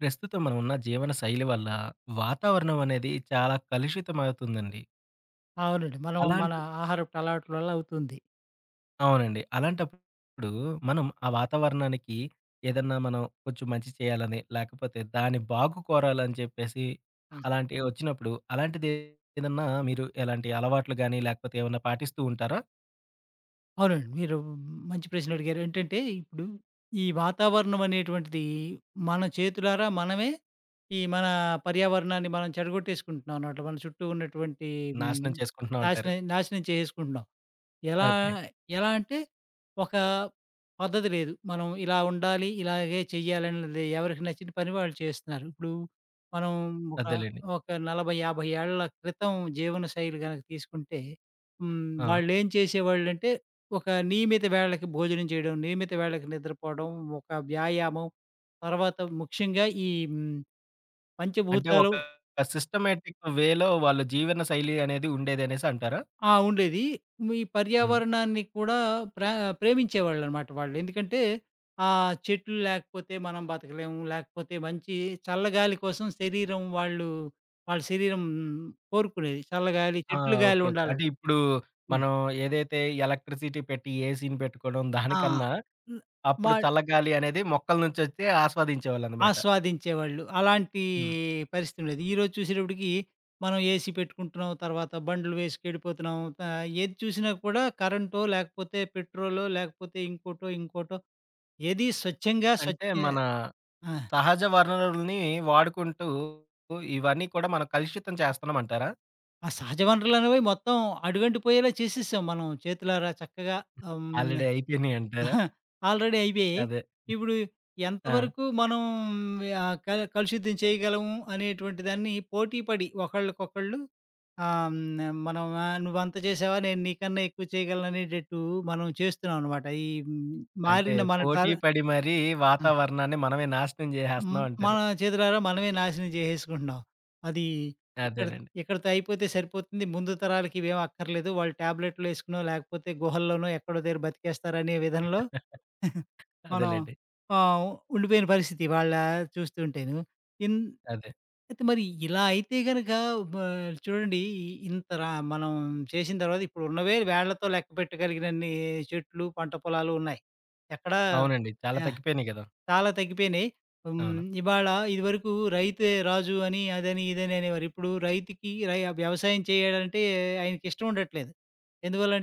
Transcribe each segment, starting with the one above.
ప్రస్తుతం మనం ఉన్న జీవన శైలి వల్ల వాతావరణం అనేది చాలా కలుషితమవుతుందండి. అవునండి. మనం మన అలాంటి ఆహారపు అలవాట్ల వల్ల అవుతుంది. అవునండి. అలాంటప్పుడు మనం ఆ వాతావరణానికి ఏదన్నా మనం కొంచెం మంచి చేయాలని, లేకపోతే దాని బాగు కోరాలని చెప్పేసి ఆ! అలాంటివి వచ్చినప్పుడు, అలాంటిది ఏదన్నా మీరు ఎలాంటి అలవాట్లు గాని, లేకపోతే ఏమన్నా పాటిస్తూ ఉంటారా? అవునండి. మీరు మంచి ప్రశ్న అడిగారు. ఏంటంటే ఇప్పుడు ఈ వాతావరణం అనేటువంటిది మన చేతులారా మనమే ఈ మన పర్యావరణాన్ని మనం చెడగొట్టేసుకుంటున్నాం అన్నమాట. మన చుట్టూ ఉన్నటువంటి హ్మ్, నాశనం చేసుకుంటున్నా ఉంటారు. నాశనం నాశనం చేసేసుకుంటున్నాం. ఎలా ఓకే. ఎలా అంటే ఒక పద్ధతి లేదు. మనం ఇలా ఉండాలి, ఇలాగే చెయ్యాలని లేదు. ఎవరికి నచ్చిన పని వాళ్ళు చేస్తున్నారు. ఇప్పుడు మనం ఒక, అదేలెండి. ఒక 40, 50 ఏళ్ల క్రితం జీవనశైలి గనక తీసుకుంటే హ్మ్. ఆ! వాళ్ళేం చేసేవాళ్ళంటే ఒక నియమిత వేళకి భోజనం చేయడం, నియమిత వేళకి నిద్రపోవడం, ఒక వ్యాయామం, తర్వాత ముఖ్యంగా ఈ హ్మ్, అంటే ఒక పంచభూతాలు. సిస్టమాటిక్ వేలో వాళ్ళ జీవన శైలి అనేది ఉండేదనేసి అంటారా? ఆ! ఉండేది. మీ హ్మ్. పర్యావరణాన్ని కూడా ప్రా ప్రేమించేవాళ్ళనమాట వాళ్ళు. ఎందుకంటే, ఆ చెట్లు లేకపోతే మనం బతకలేము. లేకపోతే మంచి చల్లగాలి కోసం శరీరం వాళ్ళు వాళ్ళ శరీరం కోరుకునేది. చల్లగాలి, ఆ! చెట్లు గాలి ఓకే. ఓకే. అంటే ఉండాలని. ఇప్పుడు హ్మ్. మనం ఏదైతే ఎలక్ట్రిసిటీ పెట్టి ఏసీని పెట్టుకోవడం ఆ! దానికన్నా హ్మ్. అప్పుడు వాళ్ చల్లగాలి అనేది మొక్కల నుంచొచ్చి ఆస్వాదించేవాళ్ళనమాట. ఆస్వాదించేవాళ్ళు. అలాంటి హ్మ్. పరిస్థితి ఉండేది. ఈరోజు చూసేటప్పటికి మనం ఏసీ పెట్టుకుంటున్నాం. తర్వాత బండ్లు వేసుకెళ్ళిపోతున్నాం. ఏది చూసినా కూడా కరెంటో, లేకపోతే పెట్రోలో, లేకపోతే ఇంకోటో ఏది స్వచ్ఛంగా అంటే స్వచ్ఛ మన ఆ! సహజ వనరుల్ని వాడుకుంటూ ఇవన్నీ కూడా మనం కలుషితం చేస్తున్నామంటారా? ఆ సహజ వనరులనేవి మొత్తం అడుగంటిపోయేలా చేసేసాం మనం చేతులారా చక్కగా. ఆహ్, హ్మ్. ఆల్రెడీ అయిపోయినియంటారా? ఆల్రెడీ అయిపోయాయి. అదే. ఇప్పుడు ఆ! ఎంతవరకు మనం ఆహ్, క కలుషితం చేయగలము అనేటువంటి దాన్ని పోటీ పడి ఒకళ్ళకొకళ్ళు. ఆహ్, హ్మ్. మనం నువ్వంత చేసావా? నేను నీకన్నా ఎక్కువ చేయగలను అనేటట్టు మనం చేస్తున్నామనమాట. అంటే మారిన మన పోటీ పడి మరీ ఆ! వాతావరణాన్ని మనమే నాశనం హ్మ్. జేసేస్తున్నాం మన అంటారు. చేతులారా మనమే నాశనం చేసేసుకుంటున్నాం. అది ఇక్కడ అదేనండి. ఇక్కడితో అయిపోతే సరిపోతుంది. ముందు తరాలకి ఇవేం అక్కర్లేదు. వాళ్ళు టాబ్లెట్‌లేసుకునో, లేకపోతే గుహల్లోనో ఎక్కడో దగ్గర బతికేస్తారనే విధంలో మనం అదేలెండి. ఆహ్, ఉండిపోయిన పరిస్థితి ఇవాళ చూస్తుంటేను. ఇన్ అదే. అయితే మరి ఇలా అయితే గనక బ చూడండి ఇంత రా మనం చేసిన తర్వాత ఇప్పుడున్నవే వేళ్ళతో లెక్క పెట్టగలిగినన్ని చెట్లు, పంట పొలాలు ఉన్నాయి. ఎక్కడా అవునండి. చాలా ఆ! తగ్గిపోయినియి గదా! చాలా తగ్గిపోయినాయి. హ్మ్. అవును. ఇవాళ ఇదివరకు రైతే రాజు అని, అదని, ఇదని అనేవారు. ఇప్పుడు రైతుకి వ్యవసాయం చేయాలంటే ఆయనకిష్టం ఉండట్లేదు.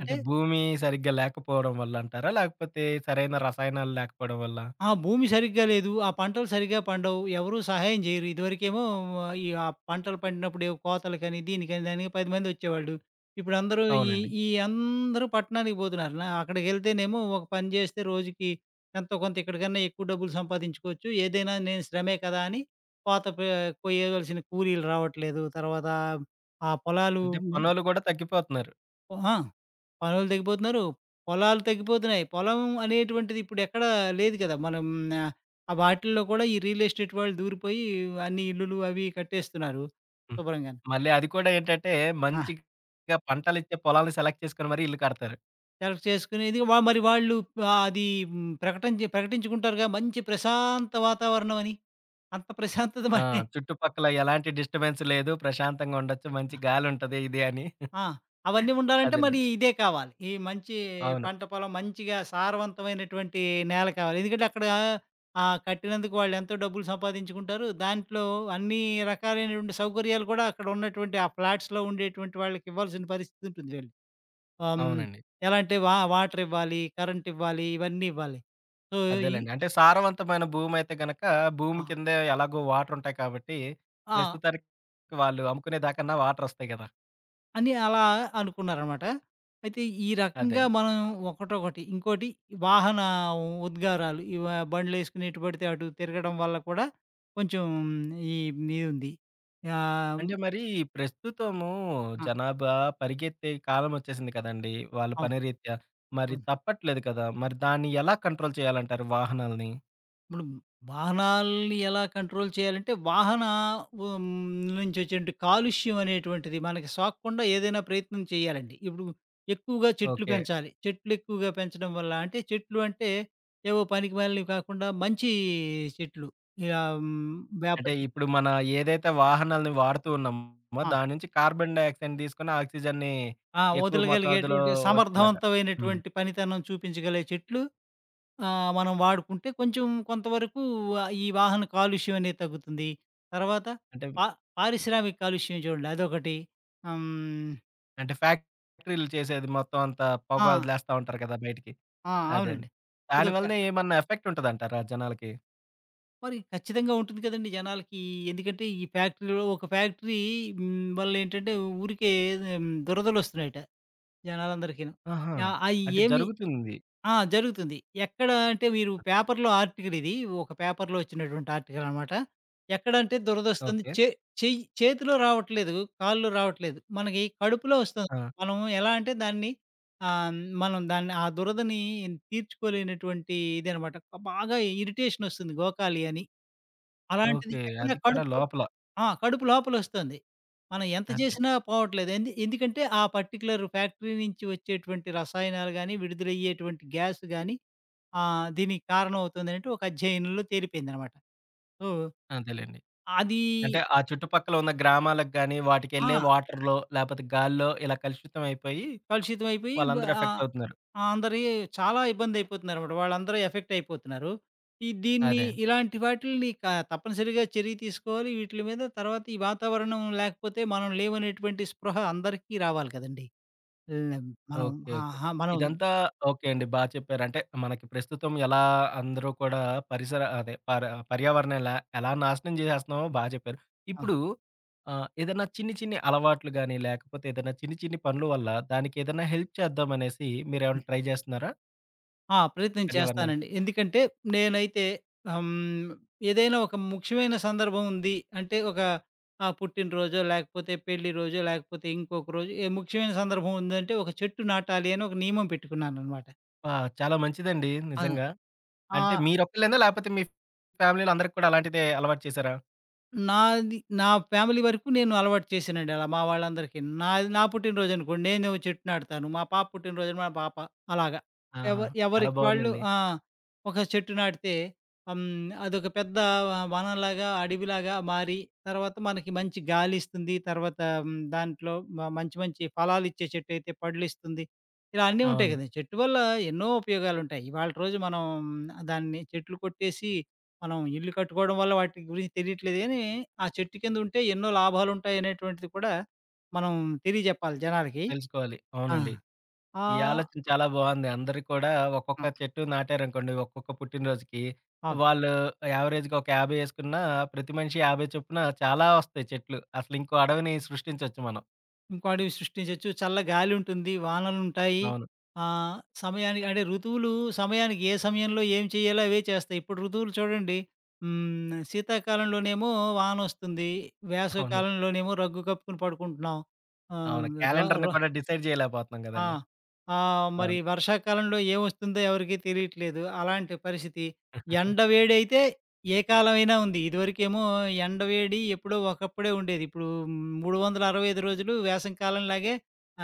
అంటే భూమి సరిగ్గా లేకపోవడం వల్ల అంటారా? లేకపోతే సరైన రసాయనాలు లేకపోవడం వల్ల? ఆ! భూమి సరిగ్గా లేదు. ఆ పంటలు సరిగ్గా పండవు. ఎవరు సహాయం చేయరు. ఇదివరకేమో ఆ, ఈ ఆ పంటలు పండినప్పుడు ఏవో కోతలకని, దీనికని, దానికి 10 మందొచ్చేవాళ్ళు. ఇప్పుడందరూ ఈ అవునండి. ఈ అందరూ పట్టణానికి పోతున్నారు. అక్కడికెళ్తేనేమో ఒక పని చేస్తే రోజుకి ఎంతో కొంత ఇక్కడికన్నా ఎక్కువ డబ్బులు సంపాదించుకోవచ్చు. ఏదైనా నేను శ్రమే కదా! అని కోత పే కొయ్యవలసిన కూలీలు రావట్లేదు. తర్వాత ఆ పొలాలు అంటే పనోళ్ళు గూడా తగ్గిపోతున్నారు. ఆ! పనులు తగ్గిపోతున్నారు. పొలాలు తగ్గిపోతున్నాయి. పొలం అనేటువంటిది ఇప్పుడెక్కడ లేదు కదా! మనం ఆహ్, ఆ వాటిల్లో కూడా ఈ రియల్ ఎస్టేట్ వాళ్ళు దూరిపోయి అన్ని ఇల్లులు అవి ఇవి కట్టేస్తున్నారు హ్మ్. శుభ్రంగాను. మళ్ళీ అది కూడా ఏంటంటే ఆ! మంచిగా పంటలిచ్చే పొలాలను సెలెక్ట్ చేసుకొని మరీ ఇల్లు కడతారు. సెలెక్ట్ చేసుకునేది వా మరి వాళ్ళు ఆహ్, అది ప్రకటన ప్రకటించుకుంటారుగా మంచి ప్రశాంత వాతావరణం అని. అంత ప్రశాంతత ఆ! మరి చుట్టుపక్కల ఎలాంటి డిస్టర్బెన్స్ లేదు. ప్రశాంతంగా ఉండొచ్చు. మంచి గాలుంటది ఇది అని. ఆ! అవన్నీ ఉండాలంటే మరి అదేనండి. ఇదే కావాలి. ఈ మంచి అవును. పంట పొలం మంచిగా సారవంతమైనటువంటి నేల కావాలి. ఎందుకంటే అక్కడ కట్టినందుకు వాళ్ళెంతో డబ్బులు సంపాదించుకుంటారు. దాంట్లో అన్ని రకాలైనటువంటి సౌకర్యాలు కూడా అక్కడ ఉన్నటువంటి ఆ ఫ్లాట్స్‌లో ఉండేటువంటి వాళ్ళకి ఇవ్వాల్సిన పరిస్థితి ఉంటుంది వీళ్ళు. ఆహ్, హ్మ్. అవునండి. ఎలా అంటే వాటర్ ఇవ్వాలి, కరెంట్ ఇవ్వాలి, ఇవన్నీ ఇవ్వాలి. సో, ఈ అదేలెండి. అంటే సారవంతమైన భూమయితే గనక భూమి ఆ! కింద ఎలాగో వాటరుంటాయి కాబట్టి ఆ! ప్రస్తుతానికి వాళ్ళు అమ్ముకునే దాకన్నా వాటరొస్తాయి గదా! అని అలా అనుకున్నారనమాట. అయితే ఈ అదే. రకంగా మనం ఒకటొకటి, ఇంకోటి వాహన ఉద్గారాలు. బండ్లేసుకుని ఎటు పడితే అటు తిరగడం వల్ల కూడా కొంచెం ఈ ఇదుంది. ఆహ్, హ్మ్. అంటే మరి ప్రస్తుతము ఆ! జనాభా పరిగెత్తే కాలం వచ్చేసింది కదండీ! వాళ్ళ అవును. పని రీత్యా. మరి అవును. తప్పట్లేదు కదా! మరి దాన్ని ఎలా కంట్రోల్ చేయాలంటారు వాహనాల్ని? ఇప్పుడు వాహనాల్ని ఎలా కంట్రోల్ చేయాలంటే వాహన ఉమ్, నుంచి వచ్చే కాలుష్యం అనేటువంటిది మనకి సోకకుండా ఏదైనా ప్రయత్నం చేయాలండి. ఇప్పుడు ఎక్కువగా చెట్లు ఓకే. పెంచాలి. చెట్లు ఎక్కువగా పెంచడం వల్ల అంటే చెట్లు అంటే ఏవో పనికిమాలినవి కాకుండా మంచి చెట్లు ఇలా వేప అంటే చె ఇప్పుడు మన ఏదైతే వాహనాల్ని వాడుతూ ఉన్నామో ఆ! దాని నుంచి కార్బన్ డయాక్సైడ్‌ని తీసుకొని ఆక్సిజన్‌ని ఆ! ఎక్కువ మోతాదులో వదలగలిగేటువంటి వచ్చేలాగా. హ్మ్. సమర్థవంతమైనటువంటి పనితనం చూపించగలిగే చెట్లు మనం వాడుకుంటే కొంచెం కొంతవరకు ఈ వాహన కాలుష్యం అనేది తగ్గుతుంది. తర్వాత అంటే పా పారిశ్రామిక కాలుష్యం చూడండి అదొకటి. హ్మ్. అంటే ఫ్యాక్టరీలు చేసేది మొత్తం అంతా పొగ ఆ! వదిలేస్తా ఉంటారు కదా! బయటికి. ఆ! అదండి. అవునండి. అదొక దానివల్లనే ఏమన్నా ఎఫెక్ట్ ఉంటదంటారా జనాలకి? మరి ఖచ్చితంగా ఉంటుంది కదండీ జనాలకి. ఎందుకంటే ఈ ఫ్యాక్టరీలో ఒక ఫ్యాక్టరీ వల్లేంటంటే ఊరికే దురదలొస్తున్నాయట జనాలందరికీను. ఆహా! యాహ్! అయి అంటే ఏమి జరుగుతుంది. ఆ! జరుగుతుంది. ఎక్కడ అంటే మీరు పేపర్‌లో ఆర్టికల్ ఇది. ఒక పేపర్‌లో వచ్చినటువంటి ఆర్టికల్ అనమాట. ఎక్కడంటే దురదొస్తుంది. ఓకే. చెయ్యి చేతిలో రావట్లేదు. కాల్లో రావట్లేదు. మనకి కడుపులో వస్తుంది. ఆ! మనం ఎలా అంటే దాన్ని ఆహ్, మనం దాన్ని ఆ దురదని తీర్చుకోలేనటువంటి ఇదనమాట. బాగా ఇరిటేషన్ వస్తుంది గోకాలి అని. అలాంటిది ఓకే. ఎక్కడ అది కూడా కడుపులో లోపల. ఆ! కడుపు లోపలొస్తుంది. మనం ఎంత అదే. చేసినా పోవట్లేదు. ఎందుకంటే ఆ పర్టిక్యులర్ ఫ్యాక్టరీ నుంచి వచ్చేటువంటి రసాయనాలు గాని, విడుదలయ్యేటువంటి గ్యాస్ గాని ఆ! దీనికి కారణం అవుతుందనంటే ఒక అధ్యయనంలో తేలిపోయిందనమాట. సో, అదేలెండి. అది అంటే ఆ చుట్టుపక్కల ఉన్న గ్రామాలకు గాని, వాటికెళ్ళే ఆ! వాటర్‌లో లేపోతే గాల్లో ఇలా కలుషితం అయిపోయి కలుషితమైపోయి వాళ్ళందరూ ఎఫెక్ట్ ఆహ్, అవుతున్నారు. అందరి చాలా ఇబ్బందయిపోతున్నారనమాట. వాళ్ళందరూ ఎఫెక్ట్ అయిపోతున్నారు. దీన్ని అదే. ఇలాంటి వాటిల్ని క తప్పనిసరిగా చర్య తీసుకోవాలి. వీటిల మీద తర్వాత ఈ వాతావరణం లేకపోతే మనం లేవనేటువంటి స్పృహ అందరికీ రావాలి కదండీ! హ్మ్. మనం ఓకే. ఓకే. ఆహా! మనం ఇదంతా ఓకే అండి. బా చెప్పారు. అంటే మనకి ప్రస్తుతం ఎలా అందరూ కూడా పరిసర అదే పర పర్యావరణం ఎలా ఎలా నాశనం చేసేస్తున్నామో బా చెప్పారు. అవును. ఇప్పుడు ఏదైనా చిన్ని చిన్ని అలవాట్లు గాని, లేకపోతే ఏదైనా చిన్ని చిన్ని పనుల వల్ల దానికేదైనా హెల్ప్ చేద్దామనేసి మీరేమైనా ట్రై చేస్తున్నారా ఆ! ప్రయత్నం పర్యావరణానికి? చేస్తానండి. ఎందుకంటే నేనైతే హ్మ్. ఏదైనా ఒక ముఖ్యమైన సందర్భం ఉంది అంటే ఒక పుట్టినరోజో, లేకపోతే పెళ్లి రోజో, లేకపోతే ఇంకొక రోజు ఏ ముఖ్యమైన సందర్భం ఉందంటే ఒక చెట్టు నాటాలి అని ఒక నియమం పెట్టుకున్నాననమాట. ఆ! చాలా మంచిదండి అవును. నిజంగా. ఆ! అంటే మీరొక్కళ్ళేనా? లేపోతే మీ ఫ్యామిలీలో అందరికి కూడా అలాంటిదే అలవాటు చేశారా? నాది నా ఫ్యామిలీ వరకు నేను అలవాటు చేశానండి అలా మా వాళ్ళందరికీ. నాది నా పుట్టినరోజు అనుకోండి నేను చెట్టు నాటుతాను. మా పాప పుట్టినరోజు మా పాప అలాగా. ఎవ ఆహా! చాలా ఎవరికి వాళ్ళు బావుందండి. ఆ! ఒక చెట్టు నాటితే హ్మ్. అదొక పెద్ద వనంలాగా, అడవిలాగా మారి తర్వాత మనకి మంచి గాలిస్తుంది. తర్వాత హ్మ్. దాంట్లో మంచి మంచి ఫలాలిచ్చే చెట్టయితే పళ్ళిస్తుంది. ఇలా అన్నీ ఉంటాయి అవును. కదండీ. చెట్టు వల్ల ఎన్నో ఉపయోగాలుంటాయి. ఇవాల్టి రోజు మనం చెట్లు కొట్టేసి మనం ఇల్లు కట్టుకోవడం వల్ల వాటి గురించి తెలియట్లేదు గానీ, ఆ చెట్టు కింద ఉంటే ఎన్నో లాభాలుంటాయి అనేటువంటిది కూడా మనం తెలియజెప్పాలి జనాలకి. తెలుసుకోవాలి. ఆ! అవునండి. ఈ ఆహ్, ఆలోచన చాలా బావుంది. అందరూ కూడా ఒక్కొక్క ఆ! చెట్టు నాటారనుకోండి ఒక్కొక్క పుట్టినరోజుకి. అవును. వాళ్ళు యావరేజ్‌గా ఒక 50 ఏసుకున్నా ప్రతి మనిషి 50 చొప్పున చాలా ఒస్తాయి చెట్లు. అసలు ఇంకో అడవిని సృష్టించొచ్చు మనం. ఇంకో అడవి సృష్టించొచ్చు. చల్ల గాలుంటుంది, వానలుంటాయి. అవును. ఆహ్, సమయానికి అంటే ఋతువులు సమయానికి ఏ సమయంలో ఏం చేయాలో అవే చేస్తాయి. ఇప్పుడు ఋతువులు చూడండి. హ్మ్. శీతాకాలంలోనేమో వానొస్తుంది. వేసవి అవును. కాలంలోనేమో రగ్గు కప్పుకొని పడుకుంటున్నాం. అవును. ఆహ్, ర క్యాలెండర్‌ని ర కూడా డిసైడ్ చేయలేకపోతున్నాం ఆ! గదండీ. మరి అవును. వర్షాకాలంలో ఏమొస్తుందో ఎవరికీ తెలియట్లేదు. అలాంటి పరిస్థితి. ఎండ వేడైతే ఏ కాలమైనా ఉంది. ఇదివరకేమో ఎండ వేడి ఎప్పుడో ఒకప్పుడే ఉండేది. ఇప్పుడు 365 రోజులు వేసవి కాలంలాగే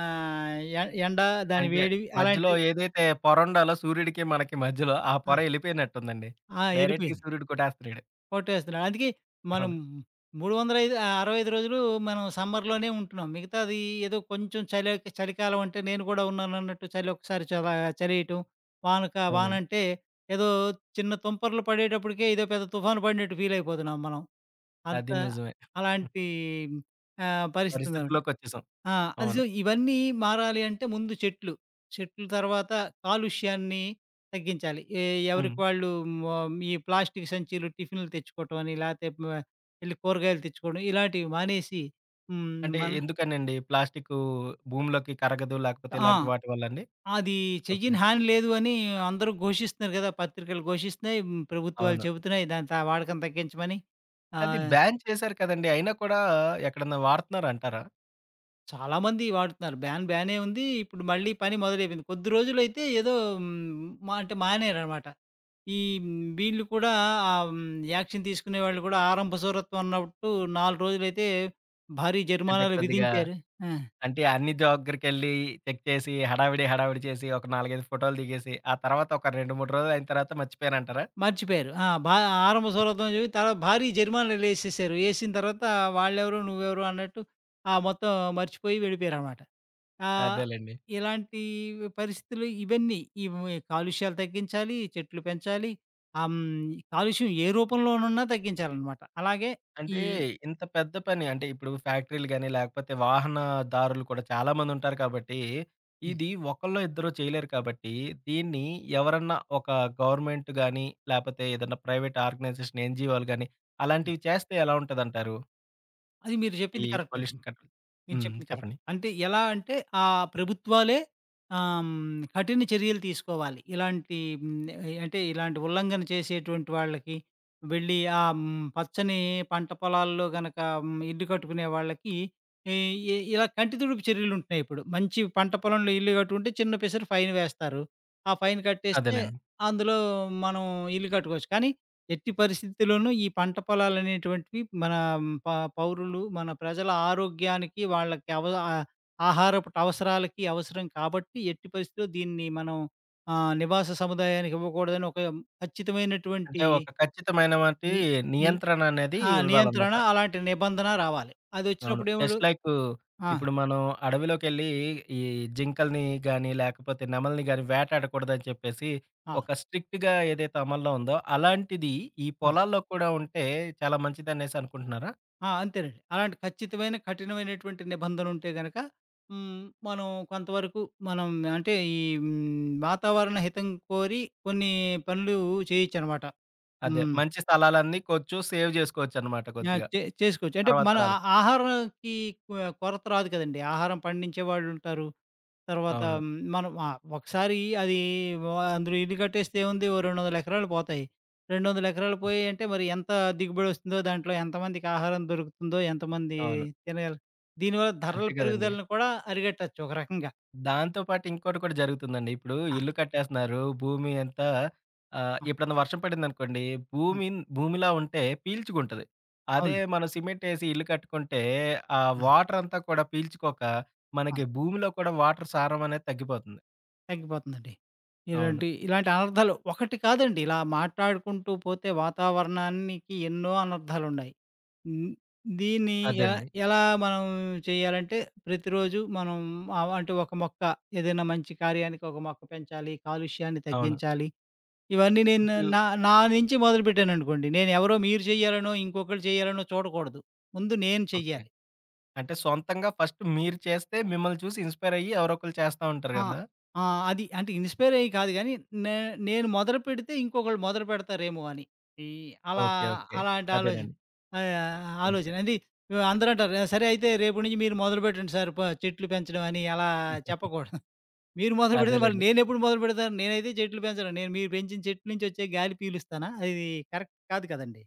ఆహ్, ఎ ఎండ దాని అంటే వేడి మధ్యలో అలాంటి ఏదైతే పొరుండాలో సూర్యుడికి, మనకి మధ్యలో ఆ ఆ! పొర ఎళ్ళిపోయినట్టుందండి. ఆ! డైరెక్ట్‌గా ఎళ్ళిపోయింది. సూర్యుడు కొట్టేస్తున్నాడు. ఫోటో వేస్తున్నాడు. అందుకే మనం అవును. 65 రోజులు మనం సమ్మర్‌లోనే ఉంటున్నాం. మిగతాది ఏదో కొంచెం చలి చలికాలం అంటే నేను కూడా ఉన్నానన్నట్టు చలి ఒకసారి చలేయటం. అవునండి. వానంటే ఏదో చిన్న తుంపర్లు పడేటప్పటికే ఏదో పెద్ద తుఫాను పడినట్టు ఫీల్ అయిపోతున్నాం మనం. అంత అది నిజమే. హ్మ్. అలాంటి పరిస్థితుందనమాట. పరిస్థితిలోకొచ్చేసాం. ఆ! అవును. సో, ఇవన్నీ మారాలి అంటే ముందు చెట్లు. చెట్లు తర్వాత కాలుష్యాన్ని తగ్గించాలి. హ్మ్. ఎవరికి వాళ్ళు ఈ ప్లాస్టిక్ సంచీలు, టిఫిన్‌లు తెచ్చుకోవటం అని లేతే ఎళ్లి కూరగాయలు తెచ్చుకోవడం ఇలాంటివి మానేసి హ్మ్. అంటే మన ఎందుకనండి? ప్లాస్టికు భూమిలోకి కరగదు లేకపోతే ఇలాంటి ఆ! వాటి వల్లండి? అది ఓకే. చెయ్యని హాని లేదు అని అందరూ ఘోషిస్తున్నారు కదా! పత్రికలు ఘోషిస్తున్నాయి. హ్మ్. ప్రభుత్వాలు అవును. చెబుతున్నాయి. దాని వాడకం తగ్గించమని. అది ఆహ్, బ్యాన్ చేశారు కదండీ! అయినా కూడా ఎక్కడన్నా వాడుతున్నారంటారా? చాలామంది వాడుతున్నారు. బ్యానే ఉంది. ఇప్పుడు మళ్ళీ పని మొదలైపోయింది. కొద్ది రోజులైతే ఏదో హ్మ్. మా అంటే మానేరనమాట. ఈ వీళ్ళు కూడా ఆహ్, హ్మ్. యాక్షన్ తీసుకునే వాళ్ళు కూడా ఆరంభసూరత్వం అన్నట్టు 4 రోజులైతే భారీ అంటే జరిమానాలు కొద్దిగా విధించారు. ఆ! అంటే అన్ని దగ్గరికెళ్ళి చెక్ చేసి, హడావిడి చేసి, ఒక 4, 5 ఫోటోలు దిగేసి, ఆ తర్వాత ఒక 2, 3 రోజులయిన తర్వాత మర్చిపోయారంటారా? మర్చిపోయారు. ఆ! భా ఆరంభసూరత్వం అని చెప్పి తర్వాత భారీ జరిమానాలేసేసారు. ఏసిన తర్వాత వాళ్ళెవరు? నువ్వెవరు? అన్నట్టు ఆ మొత్తం మర్చిపోయి వెళ్ళిపోయారనమాట. ఆహ్, అదేలెండి. ఇలాంటి పరిస్థితులు ఇవన్నీ ఇవి కాలుష్యాలు తగ్గించాలి, చెట్లు పెంచాలి. ఆహ్, హ్మ్. కాలుష్యం ఏ రూపంలోనున్నా తగ్గించాలనమాట. అలాగే ఈ అంటే ఇంత పెద్ద పని అంటే ఇప్పుడు ఫ్యాక్టరీలు గాని, లేకపోతే వాహనదారులు కూడా చాలా మందుంటారు కాబట్టి, హ్మ్. ఇది ఒకళ్ళో ఇద్దరో చేయలేరు కాబట్టి, దీన్ని ఎవరన్నా ఒక గవర్నమెంట్ గాని, లేపోతే ఏదన్నా ప్రైవేట్ ఆర్గనైజేషన్, ఎన్‌జీఓలు గాని హ్మ్. అలాంటివి చేస్తే ఎలా ఉంటదంటారు? అది మీరు ఈ చెప్పింది కరెక్ట్ అండి. పొల్యూషన్ కంట్రోల్ మీరు హ్మ్. చెప్పింది కరెక్ట్. చెప్పండి. అంటే ఎలా అంటే ఆ ప్రభుత్వాలే కఠిన చర్యలు తీసుకోవాలి. ఇలాంటి అంటే ఇలాంటి ఉల్లంఘన చేసేటువంటి వాళ్ళకి వెళ్ళి పచ్చని పంట పొలాల్లో గనక ఇల్లు కట్టుకునే వాళ్ళకి ఈ ఇ ఇలా కంటి తుడుపు చర్యలు ఉంటున్నాయి ఇప్పుడు. మంచి పంట పొలంలో ఇల్లు కట్టుకుంటే చిన్న పిసరు ఫైన్ వేస్తారు. ఆ ఫైన్ కట్టేస్తే అదేలెండి. అందులో మనం ఇల్లు కట్టుకోవచ్చు. కానీ ఎట్టి పరిస్థితుల్లోనూ ఈ పంట పొలాలనేటువంటివి మన ప పౌరులు, మన ప్రజల ఆరోగ్యానికి, వాళ్ళకి ఆహారపు అవసరాలకి అవసరం కాబట్టి, ఎట్టి పరిస్థితిలో దీన్ని మనం నివాస సముదాయానికి ఇవ్వకూడదని ఒక ఖచ్చితమైనటువంటి అంటే ఒక ఖచ్చితమైన వాటి ని ని నియంత్రణ అనేది ఆ! ఇవ్వాలనమాట. నియంత్రణ అలాంటి నిబంధన రావాలి. అవును. అదొచ్చినప్పుడు ఏవుడు జస్ట్ లైకు ఆ! ఇప్పుడు మనం అడవిలోకెళ్ళి ఈ జింకల్ని గాని, లేకపోతే నెమలిని గాని వేటాడకూడదని చెప్పేసి ఆ! ఆ! ఒక స్ట్రిక్ట్‌గా ఏదైతే అమల్లో ఉందో, అలాంటిది ఈ పొలాల్లో కూడా ఉంటే చాలా మంచిదనేసి అనుకుంటున్నారా? ఆ! అంతేనండి. అలాంటి ఖచ్చితమైన, కఠినమైనటువంటి నిబంధనుంటే గనక హ్మ్. మనం కొంతవరకు మనం అంటే ఈ వాతావరణ హితం కోరి కొన్ని పనులు చేయొచ్చనమాట. అదే హ్మ్. మంచి స్థలాలన్నీ కొంచెం సేవ్ జేసుకోవచ్చనమాట ఆ! కొద్దిగా. చేసుకోవచ్చు. అంటే తర్వాత మన ఆ తరాలకి. ఆహారంకి కొ కొరత రాదు కదండీ. ఆహారం పండించేవాళ్ళుంటారు. తర్వాత అవును. మనం ఆ! ఒకసారి అది వ అందులో ఇల్లు కట్టేస్తే ఏముంది ఓ 200 ఎకరాలు పోతాయి. 200 ఎకరాలు పోయాయంటే మరి ఎంత దిగుబడొస్తుందో, దాంట్లో ఎంతమందికి ఆహారం దొరుకుతుందో, ఎంతమంది అవును. తినగలరు. దీనివల్ల ధరల అంతే గదండీ! పెరుగుదలను కూడా అరికట్టొచ్చు ఒక రకంగా. దాంతో పాటు ఇంకోటి కూడా జరుగుతుందండి. ఇప్పుడు ఆ! ఇల్లు కట్టేస్తున్నారు. భూమి అంతా ఆ! ఎప్పుడన్నా వర్షం పడిందనుకోండి, హ్మ్. భూమి భూమిలా ఉంటే పీల్చుకుంటది. అదే అవును. మనం సిమెంటేసి ఇల్లు కట్టుకుంటే, ఆ ఆ! వాటరంతా కూడా పీల్చుకోక, మనకి భూమిలో కూడా వాటర్ సారం అనేది తగ్గిపోతుంది. తగ్గిపోతుందండి. అవును. ఇలాంటి, ఇలాంటి అనర్థాలు ఒకటి కాదండి. ఇలా మాట్లాడుకుంటూ పోతే వాతావరణానికి ఎన్నో అనర్థాలున్నాయి. హ్మ్. దీన్ని ఎలా అదండి. ఎలా మనం చేయాలంటే ప్రతిరోజు మనం అంటే ఒక మొక్క ఏదైనా మంచి కార్యానికి ఒక మొక్క పెంచాలి. కాలుష్యాన్ని అవును. తగ్గించాలి. ఇవన్నీ నేను ఇప్పుడు నా నా నుంచి మొదలుపెట్టాననుకోండి. నేనెవరో మీరు చేయాలనో, ఇంకొకళ్ళు చేయాలనో చూడకూడదు. ముందు నేను ఓకే. చెయ్యాలి. అంటే సొంతంగా ఫస్ట్ మీరు చేస్తే, మిమ్మల్ని చూసి ఇన్‌స్పైర్ అయ్యి ఎవరో ఒకళ్ళు చేస్తా ఉంటారు ఆ! గదా! ఆ! అది అంటే ఇన్‌స్పైర్ అయ్యి కాదు గానీ, నే నేను మొదలుపెడితే ఇంకొకళ్ళు మొదలుపెడతారేమో అని. ఈ అలా ఓకే. ఓకే. అలాంటి ఆలోచన. అదేనండి. అంతే. ఆలోచన. అందరూ అంటారు, "సరే అయితే రేపటి నుంచి మీరు మొదలుపెట్టండి సార్ చెట్లు పెంచడం" అని అలా చెప్పకూడదు. మీరు మొదలుపెడితే మరి అదేలెండి. నేనెప్పుడు మొదలుపెడతాను? నేనైతే చెట్లు పెంచను. నేను మీరు పెంచిన చెట్ల నుంచి వచ్చే గాలి పీలుస్తానా? అది కరెక్ట్ కాదు కదండీ.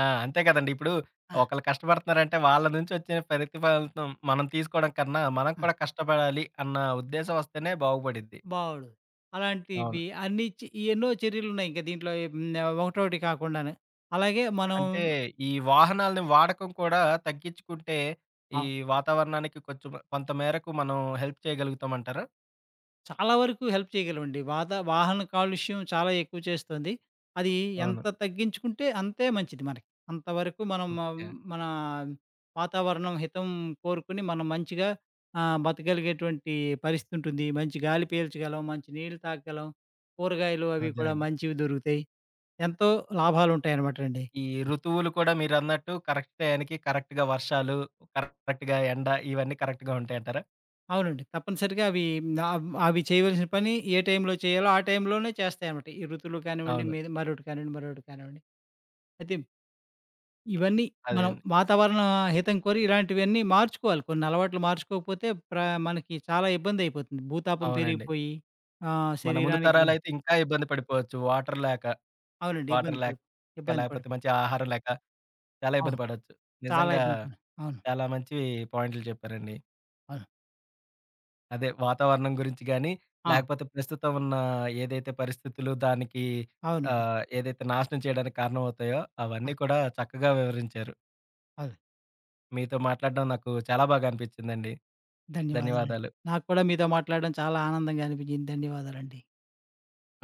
ఆ! అంతే కదండీ. ఇప్పుడు ఆ! ఒకళ్ళు కష్టపడుతున్నారంటే వాళ్ళ నుంచి వచ్చిన ప్రతిఫలితం మనం తీసుకోవడం కన్నా, మనం ఆ! కూడా కష్టపడాలి అన్న ఉద్దేశం వస్తేనే బాగుపడిద్ది. బావుండదు. అవును. అలాంటివి అన్ని చే ఎన్నో చర్యలున్నాయి ఇంకా దీంట్లో హ్మ్. ఒకటోటి కాకుండాను. అలాగే మనం అంటే ఈ వాహనాల్ని వాడకం కూడా తగ్గించుకుంటే, ఆ! ఈ వాతావరణానికి కొంచెం కొంత మేరకు మనం హెల్ప్ చేయగలుగుతామంటారా? చాలా వరకు హెల్ప్ చేయగలమండి. వాహన కాలుష్యం చాలా ఎక్కువ చేస్తుంది. అది అవును. ఎంత తగ్గించుకుంటే అంతే మంచిది మనకి. అంతవరకు మనం ఓకే. మన వాతావరణం హితం కోరుకొని మనం మంచిగా బతకగలిగేటువంటి పరిస్థితి ఉంటుంది. మంచి గాలి పీల్చగలం, మంచి నీళ్ళు తాగగలం, కూరగాయలు అవి కూడా అదేనండి. మంచివి దొరుకుతాయి. ఎంతో లాభాలుంటాయనమాటండి. ఈ ఋతువులు కూడా మీరన్నట్టు కరెక్ట్ టయానికి కరెక్ట్‌గా వర్షాలు, కరెక్ట్‌గా ఎండ ఇవన్నీ కరెక్ట్‌గా ఉంటాయంటారా? అవునండి. తప్పనిసరిగా అవి అవి చేయవలసిన పని ఏ టైంలో చేయాలో ఆ టైంలోనే చేస్తాయనమాట. ఈ ఋతువులు కానివ్వండి, అవును. మీద మరొకటి కానివ్వండి, మరొకటి కానివ్వండి. అయితే ఇవన్నీ మనం అదేండి. వాతావరణ హితం కోరి ఇలాంటివన్నీ మార్చుకోవాలి. కొన్ని అలవాట్లు మార్చుకోకపోతే మనకి చాలా ఇబ్బందయిపోతుంది. భూతాపం అవునండి. పెరిగిపోయి ఆహ్, మన ముందు శరీరానికి గా తరాలైతే ఇంకా ఇబ్బంది పడిపోవచ్చు. వాటర్ లేక, అవునండి. వాటర్ ఇబ్బంది పడి లేక, ఇబ్బంది లేకపోతే పడిపోతుంది. మంచి ఆహారం లేక చాలా అవును. ఇబ్బంది పడొచ్చు. చాలా నిజంగా ఇబ్బంది పడి అవును. చాలా మంచి పాయింట్లు చెప్పారండి. అవును. అదే వాతావరణం గురించి గాని, ఆ! లేకపోతే ప్రస్తుతం ఉన్న ఏదైతే పరిస్థితులు దానికి అవునండి. ఏదైతే నాశనం చేయడానికి కారణమవుతాయో ఆ! అవన్నీ కూడా చక్కగా వివరించారు. అవును. మీతో మాట్లాడడం నాకు చాలా బాగా అనిపించిందండి. ధన్యవాదాలండి. ధన్యవాదాలు. నాకు కూడా మీతో మాట్లాడడం చాలా ఆనందంగా అనిపించింది. ధన్యవాదాలండి.